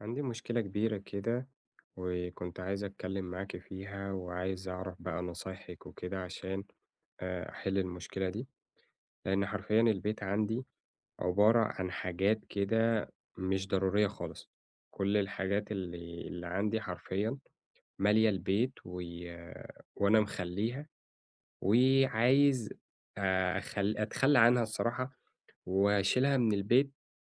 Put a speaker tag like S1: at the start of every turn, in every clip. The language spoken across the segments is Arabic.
S1: عندي مشكلة كبيرة كده، وكنت عايز أتكلم معاكِ فيها، وعايز أعرف بقى نصايحِك وكده عشان أحل المشكلة دي، لأن حرفيًا البيت عندي عبارة عن حاجات كده مش ضرورية خالص، كل الحاجات اللي عندي حرفيًا مالية البيت و آه، وأنا مخلّيها، وعايز أتخلى عنها الصراحة وأشيلها من البيت،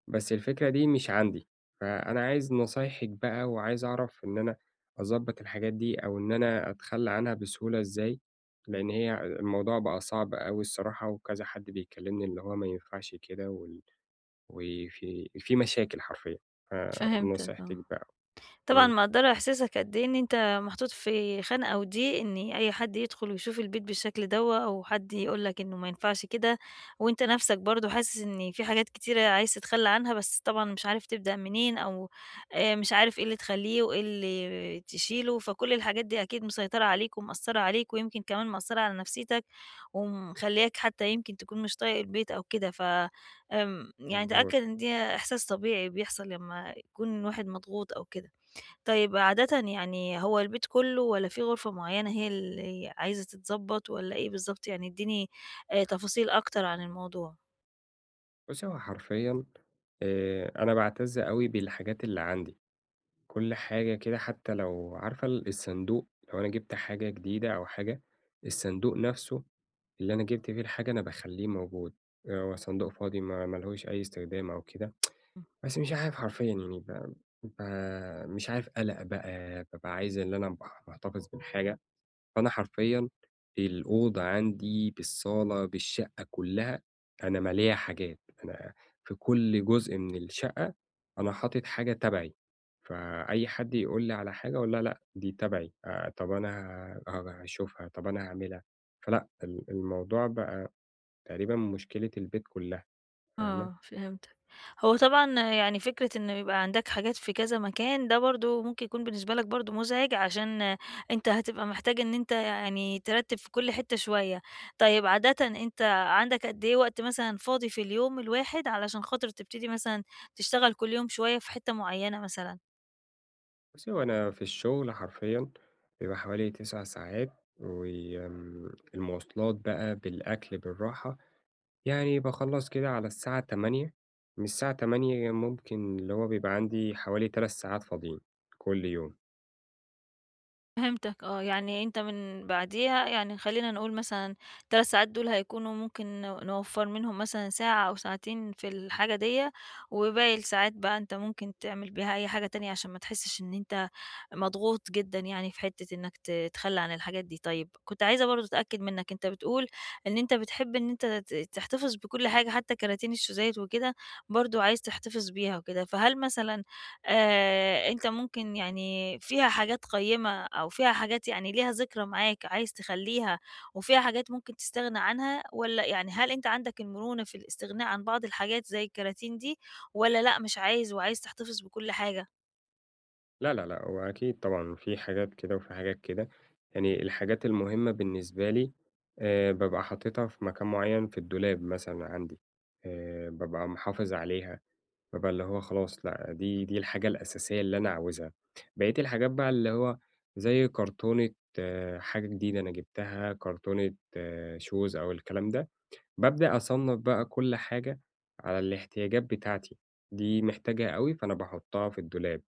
S1: بس الفكرة دي مش عندي، فأنا عايز نصايحِك بقى وعايز أعرف إن أنا أضبّط الحاجات دي أو إن أنا أتخلّى عنها بسهولة إزاي، لإن هي الموضوع بقى صعب أوي الصراحة وكذا حد بيكلّمني اللي هو ما ينفعش كده وفي مشاكل حرفيًا،
S2: فهمتك
S1: فنصيحتِك
S2: آه.
S1: بقى.
S2: طبعًا
S1: إمم،
S2: مقدّرة إحساسك قد إيه إن أنت محطوط في خانقة ودِيق، إن أي حد يدخل ويشوف البيت بالشكل دوّة، أو حد يقول لك إنه ما ينفعش كده، وأنت نَفْسك برضه حاسس إن في حاجات كتيرة عايز تتخلّى عنها، بس طبعًا مش عارف تبدأ منين، أو مش عارف إيه اللي تخلّيه وإيه اللي تشيله، فكل الحاجات دي أكيد مسيطرة عليك ومأثّرة عليك، ويمكن كمان مأثّرة على نَفْسيتك، ومخلّياك حتى يمكن تكون مش طايق البيت أو كده، ف آمم يعني
S1: مضبوط.
S2: تأكد إن ده إحساس طبيعي بيحصل لمّا يكون الواحد مضغوط أو كده. طيب عادةً يعني هو البيت كلّه والّا في غرفة معيّنة هي اللي عايزة تتضبّط والّا إيه بالضبط؟ يعني ادّيني تفاصيل أكتر عن الموضوع.
S1: بُصّي، هو حرفيًا أنا باعتَز أوي بالحاجات اللي عندي. كل حاجة كده حتى لو عارفة الصندوق، لو أنا جِبت حاجة جديدة أو حاجة، الصندوق نَفْسه اللي أنا جِبت فيه الحاجة أنا باخلّيه موجود، هو صندوق فاضي ما لهوش أي استخدام أو كده،
S2: إمم.
S1: بس مش عارف حرفيًا يعني ب ب مش عارف قَلَق بقى، بابقى عايز اللي أنا أبقى محتفظ بالحاجة. فأنا حرفيًا الأوضة عندي، بالصالة، بالشقة كلّها، أنا مالية حاجات، أنا في كل جزء من الشقة أنا حاطط حاجة تبعي، فأي حد يقول لي على حاجة أقول لها لأ، دي تبعي، طب أنا هاشوفها، طب أنا هاعملها، فلأ الموضوع بقى تقريبًا مشكلة البيت كلّها، فاهمة؟
S2: آه، فهمتك. هو طبعًا يعني فكرة إنه يبقى عندك حاجات في كذا مكان ده برضه ممكن يكون بالنسبة لك برضه مُزعِج عشان أنت هتبقى محتاج إن أنت يعني ترتّب في كل حتّة شوية. طيب عادةً أنت عندك قد إيه وقت مثلًا فاضي في اليوم الواحد علشان خاطر تبتدي مثلًا تشتغل كل يوم شوية في حتّة معيّنة مثلًا؟
S1: بُصّي، هو أنا في الشغل حرفيًا بيبقى حوالي 9 ساعات، وآمم المواصلات بقى، بالأكل، بالراحة، يعني باخلّص كده على الساعة 20:00، من الساعة 20:00 ممكن اللي هو بيبقى عندي حوالي 3 ساعات فاضيين كل يوم.
S2: فهمتك آه، يعني أنت من بعديها يعني خلّينا نقول مثلًا 3 ساعات دول هيكونوا ممكن نوفّر منهم مثلًا ساعة أو ساعتين في الحاجة ديّة، وباقي الساعات بقى أنت ممكن تعمل بيها أي حاجة تانية عشان ما تحسّش إن أنت مضغوط جدًا يعني في حتّة إنّك تتخلّى عن الحاجات دي. طيب كنت عايزة برضه أتأكد منّك، أنت بتقول إن أنت بتحب إن أنت تحتفظ بكل حاجة حتى كراتين الشوزات وكده برضه عايز تحتفظ بيها وكده، فهل مثلًا أنت ممكن يعني فيها حاجات قيّمة أو فيها حاجات يعني ليها ذكرى معاك عايز تخلّيها وفيها حاجات ممكن تستغنى عنها والّا يعني هل أنت عندك المرونة في الاستغناء عن بعض الحاجات زي الكراتين دي والّا لأ مش عايز وعايز تحتفظ بكل حاجة؟
S1: لا، لا، لأ، هو أكيد طبعًا في حاجات كده وفي حاجات كده، يعني الحاجات المهمة بالنسبة لي بابقى حاططها في مكان معيّن في الدولاب مثلًا عندي، بابقى محافظ عليها، بابقى اللي هو خلاص لأ، دي الحاجة الأساسية اللي أنا عاوزها. بقية الحاجات بقى اللي هو زي كرتونة، حاجة جديدة أنا جِبتها، كرتونة shoes أو الكلام ده، بابدأ أصنّف بقى كل حاجة على الاحتياجات بتاعتي، دي محتاجها أوي فأنا باحطها في الدولاب.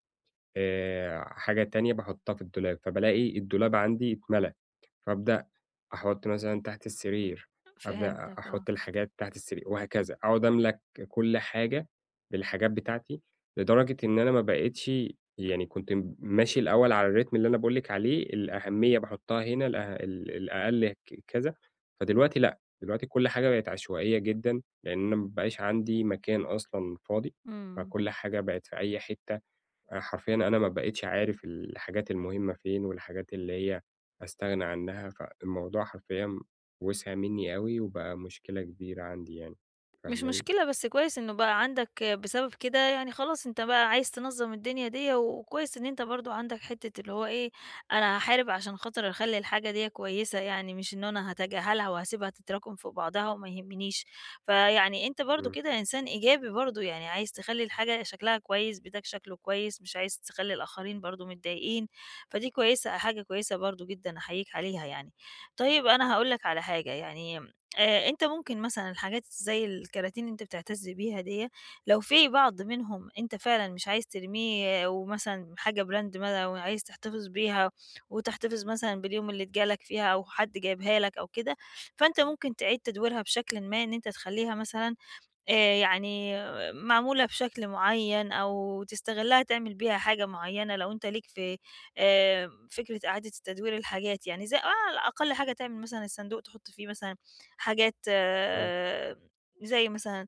S1: حاجة تانية باحُطّها في الدولاب، فبالاقي الدولاب عندي اتملى، فابدأ أحُط مثلًا تحت السرير، أبدأ
S2: فهمتك آه.
S1: أحُط الحاجات تحت السرير وهكذا، أقعد أملى كل حاجة بالحاجات بتاعتي، لدرجة إن أنا ما بقيتش، يعني كنت ماشي الأول على الريتم اللي أنا باقول لِك عليه، الأهمية باحُطّها هنا، الأه ال الأقل كذا، فدلوقتي لأ، دلوقتي كل حاجة بقت عشوائية جدًا، لإن أنا ما بقاش عندي مكان أصلًا فاضي،
S2: إمم.
S1: فكل حاجة بقت في أي حتة. أنا حرفيًا أنا ما بقيتش عارف الحاجات المهمة فين، والحاجات اللي هي أستغنى عنها، فالموضوع حرفيًا وسع منّي أوي، وبقى مشكلة كبيرة عندي يعني،
S2: مش
S1: فاهماني؟
S2: مشكلة، بس كويس إنه بقى عندك بسبب كده يعني خلاص أنت بقى عايز تنظّم الدنيا ديّة، وكويس إن أنت برضه عندك حتّة اللي هو إيه، أنا هاحارب عشان خاطر أخلّي الحاجة ديّة كويسة يعني، مش إن أنا هاتجاهلها وهاسيبها تتراكم في بعضها وما يهمنيش. فيعني أنت برضه
S1: إمم،
S2: كده إنسان إيجابي برضه، يعني عايز تخلّي الحاجة شكلها كويس، بيتك شكله كويس، مش عايز تخلّي الآخرين برضه متضايقين، فدي كويسة حاجة كويسة برضه جدًا أحييك عليها يعني. طيب أنا هاقول لك على حاجة، يعني، أنت ممكن مثلًا الحاجات زي الكراتين اللي أنت بتعتز بيها ديّة، لو في بعض منهم أنت فعلًا مش عايز ترميه آه، ومثلًا حاجة براند ما وعايز تحتفظ بيها، وتحتفظ مثلًا باليوم اللي اتجالك فيها أو حد جايبها لك أو كده، فأنت ممكن تعيد تدويرها بشكلٍ ما إن أنت تخلّيها مثلًا يعني معمولة بشكل معيّن أو تستغلّها تعمل بيها حاجة معيّنة لو أنت ليك في فكرة إعادة تدوير الحاجات يعني زي آه، أقل حاجة تعمل مثلًا الصندوق تحُط فيه مثلًا حاجات
S1: إمم،
S2: آه، زي مثلًا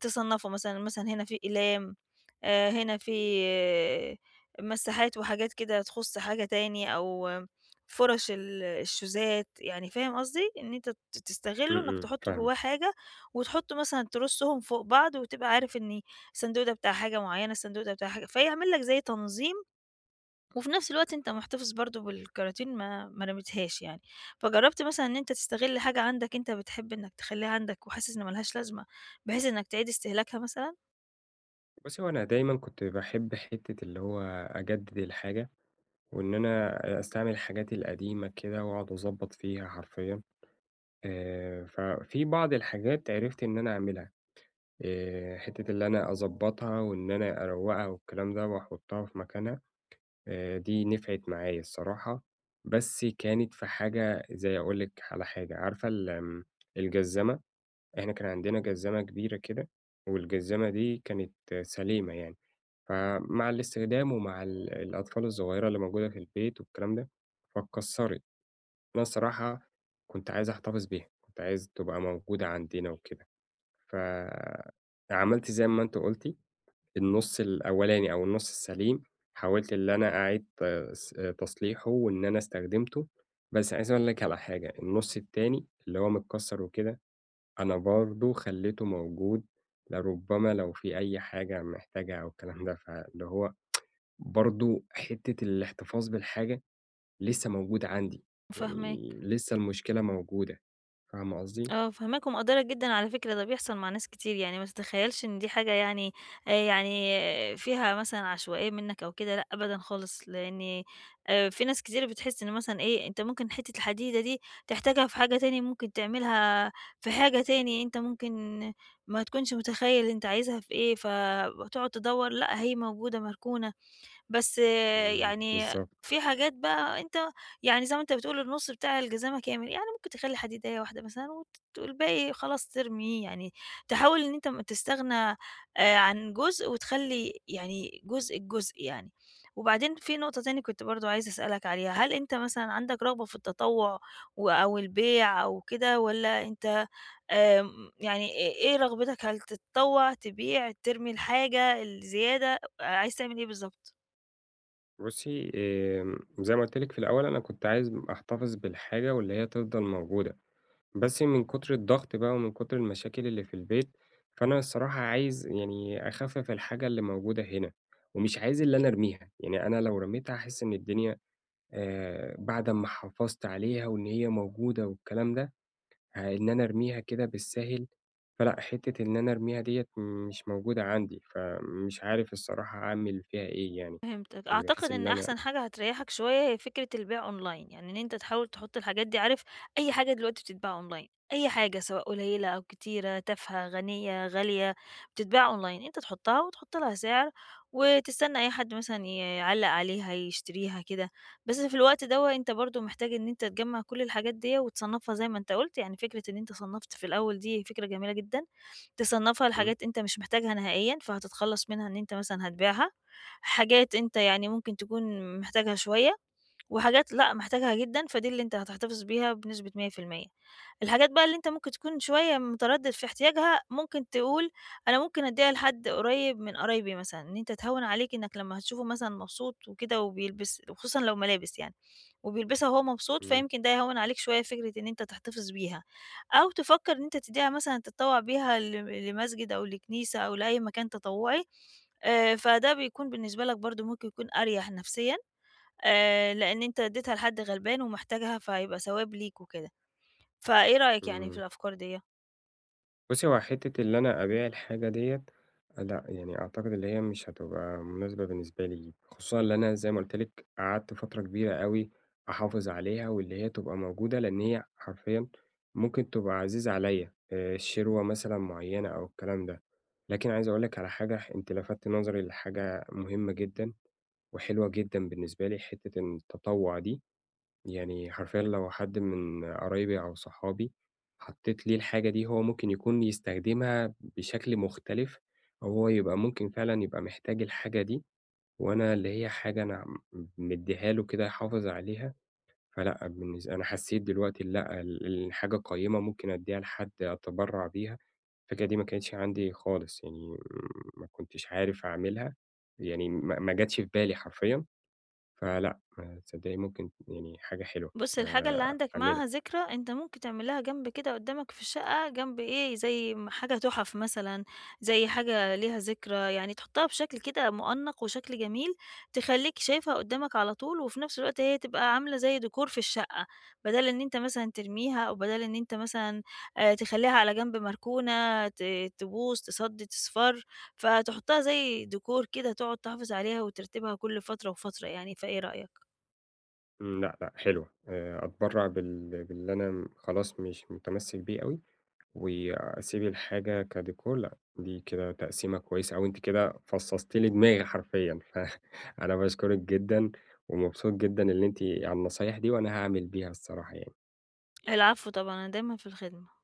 S2: تصنّفه مثلًا، مثلًا هنا في أقلام، هنا في آه، مساحات وحاجات كده تخُص حاجة تاني أو آه، فُرَش الشوزات، يعني فاهم قصدي؟ إن أنت ت
S1: إمم،
S2: تستغلّه إنّك
S1: إمم،
S2: تحُط
S1: فاهمِك.
S2: جوّاه حاجة وتحُط مثلًا ترُصّهم فوق بعض وتبقى عارف إن الصندوق ده بتاع حاجة معيّنة، الصندوق ده بتاع حاجة فيعمل لك زي تنظيم وفي نفس الوقت أنت محتفظ برضه بالكراتين ما رميتهاش يعني. فجرّبت مثلًا إن أنت تستغل حاجة عندك أنت بتحب إنّك تخلّيها عندك وحاسس إن ما لهاش لازمة، بحيث إنّك تعيد استهلاكها مثلًا؟
S1: بُصّي، هو أنا دايمًا كنت باحب حتّة اللي هو أجدد الحاجة، وإن أنا أستعمل الحاجات القديمة كده وأقعد أضبّط فيها حرفيًا، ففي بعض الحاجات عرفت إن أنا أعملها، حتّة اللي أنا أضبّطها وإن أنا أروّقها والكلام ده وأحطها في مكانها. دي نفعت معايا الصراحة، بس كانت في حاجة. زي أقول لِك على حاجة، عارفة ال آمم الجزّمة؟ إحنا كان عندنا جزّمة كبيرة كده، والجزّمة دي كانت سليمة يعني، فمع الاستخدام ومع الأطفال الصغيرة اللي موجودة في البيت والكلام ده، فاتكسّرت. أنا الصراحة كنت عايز أحتفظ بيها، كنت عايز تبقى موجودة عندنا وكده، ف عملت زي ما أنتِ قلتِ النُص الأولاني أو النُص السليم، حاولت اللي أنا أعيد ت س تصليحه وإن أنا استخدمته، بس عايز أقول لك على حاجة، النُص التاني اللي هو متكسّر وكده، أنا برضه خلّيته موجود لربما لو في أي حاجة محتاجها أو الكلام ده، فاللي هو برضه حتّة الاحتفاظ بالحاجة لسه موجودة عندي، يعني
S2: فاهماك.
S1: لسه المشكلة موجودة، فاهمة قصدي؟
S2: آه، فاهماك ومقدّرة جدًا على فكرة ده بيحصل مع ناس كتير، يعني ما تتخيّلش إن دي حاجة يعني، يعني آه فيها مثلًا عشوائية منّك أو كده، لأ أبدًا خالص، لإن، في ناس كتير بتحس إن مثلًا إيه، أنت ممكن حتّة الحديدة دي تحتاجها في حاجة تاني، ممكن تعملها في حاجة تاني أنت ممكن ما تكونش متخيّل أنت عايزها في إيه، فتقعد تدوّر لأ هي موجودة مركونة. بس آه،
S1: إمم،
S2: يعني
S1: بالضبط.
S2: في حاجات بقى أنت يعني زي ما أنت بتقول النُص بتاع الجزامة كامل، يعني ممكن تخلّي حديدية واحدة مثلًا والباقي خلاص ترميه، يعني تحاول إن أنت ما تستغنى عن جزء وتخلّي يعني جزء بجزء يعني. وبعدين في نقطة تاني كنت برضه عايزة أسألك عليها، هل أنت مثلًا عندك رغبة في التطوع أو البيع أو كده والّا أنت يعني إيه رغبتك هل تتطوع، تبيع، ترمي الحاجة الزيادة، عايز تعمل إيه بالضبط؟
S1: بُصّي، زي ما قُلت لِك في الأول أنا كنت عايز أحتفظ بالحاجة واللي هي تفضل موجودة، بس من كتر الضغط بقى ومن كتر المشاكل اللي في البيت، فأنا الصراحة عايز يعني أخفِّف الحاجة اللي موجودة هنا، ومش عايز اللي أنا أرميها، يعني أنا لو رميتها هاحس إن الدنيا، بعد أمّا حافظت عليها وإن هي موجودة والكلام ده، إن أنا أرميها كده بالساهل، فلأ، حتّة إن أنا أرميها ديّة مش موجودة عندي، فمش عارف الصراحة أعمل فيها إيه يعني،
S2: فهمتك. أعتقد
S1: بحيث
S2: إن
S1: اللي أنا.
S2: أحسن حاجة هتريّحك شوية هي فكرة البيع أونلاين، يعني إن أنت تحاول تحُط الحاجات دي عارف أي حاجة دلوقتي بتتباع أونلاين، أي حاجة سواء قليّلة أو كتيرة، تافهة، غنية، غالية، بتتباع أونلاين، أنت تحُطّها وتحُط لها سعر وتستنى أي حد مثلًا يعلّق عليها، يشتريها كده، بس في الوقت دوّة أنت برضه محتاج إن أنت تجمّع كل الحاجات ديّة وتصنّفها زي ما أنت قُلت، يعني فكرة إن أنت صنّفت في الأول دي فكرة جميلة جدًا. تصنّفها
S1: إمم،
S2: لحاجات أنت مش محتاجها نهائيًا، فهتتخلّص منها إن أنت مثلًا هتبيعها، حاجات أنت يعني ممكن تكون محتاجها شوية وحاجات لأ، محتاجها جدًا، فدي اللي أنت هتحتفظ بيها بنسبة 100%. الحاجات بقى اللي أنت ممكن تكون شوية متردد في احتياجها، ممكن تقول أنا ممكن أدّيها لحد قريب من قرايبي مثلًا، إن أنت تهوّن عليك إنك لمّا هتشوفه مثلًا مبسوط وكده وبيلبس وخصوصًا لو ملابس يعني، وبيلبسها وهو مبسوط،
S1: إمم.
S2: فيمكن ده يهوّن عليك شوية فكرة إن أنت تحتفظ بيها، أو تفكر إن أنت تدّيها مثلًا تتطوّع بيها لمسجد أو لكنيسة أو لأي مكان تطوعي، فده بيكون بالنسبة لك برضه ممكن يكون أريح نفسيًا. لإن أنت ادّيتها لحد غلبان ومحتاجها فهيبقى ثواب ليك وكده، فإيه رأيك يعني في
S1: إمم.
S2: الأفكار ديّة؟
S1: بُصّي، هو حتّة اللي أنا أبيع الحاجة ديّة لأ، يعني أعتقد اللي هي مش هتبقى مناسبة بالنسبة لي، خصوصًا اللي أنا زي ما قُلت لِك قعدت فترة كبيرة أوي أحافظ عليها واللي هي تبقى موجودة، لإن هي حرفيًا ممكن تبقى عزيزة عليّا، شِروَة مثلًا معيّنة أو الكلام ده. لكن عايز أقول لِك على حاجة، أنتِ لفتِ نظري لحاجة مهمة جدًا وحلوة جدًا بالنسبة لي، حتّة التطوُّع دي. يعني حرفيًا لو حد من قرايبي أو صحابي حطيت ليه الحاجة دي، هو ممكن يكون يستخدمها بشكل مختلف، أو هو يبقى ممكن فعلًا يبقى محتاج الحاجة دي، وأنا اللي هي حاجة أنا مدّيها له كده يحافظ عليها، فلأ أنا حسيت دلوقتي لأ الحاجة قيمة ممكن أدّيها لحد، أتبرّع بيها. الفكرة دي ما كانتش عندي خالص، يعني ما كنتش عارف أعملها، يعني ما جاتش في بالي حرفيًا. فلأ، ما تصدّقي ممكن يعني حاجة حلوة
S2: بُص، الحاجة اللي عندك معاها
S1: أعملها.
S2: ذكرى، أنت ممكن تعملها جنب كده قدامك في الشقة، جنب إيه، زي م حاجة تُحَف مثلًا، زي حاجة ليها ذكرى، يعني تحطها بشكل كده مؤنَّق وشكل جميل، تخلّيك شايفها قدامك على طول، وفي نفس الوقت هي تبقى عاملة زي ديكور في الشقة، بدل إن أنت مثلًا ترميها، أو بدل إن أنت مثلًا تخلّيها على جنب مركونة تبوظ، تصَدّي، تصفَر، فتحطها زي ديكور كده، تقعد تحافظ عليها وترتبها كل فترة وفترة يعني، فإيه رأيك؟
S1: إمم، لأ، لأ حلوة. أتبرّع باللي أنا خلاص مش متمسّك بيه أوي، وأسيب الحاجة كديكور، لأ، دي كده تقسيمة كويسة أوي، أنتِ كده فصّصتِ لي دماغي حرفيًا. فأنا باشكرِك جدًا، ومبسوط جدًا اللي أنتِ على النصايح دي، وأنا هاعمل بيها الصراحة يعني.
S2: العفو طبعًا، أنا دايمًا في الخدمة.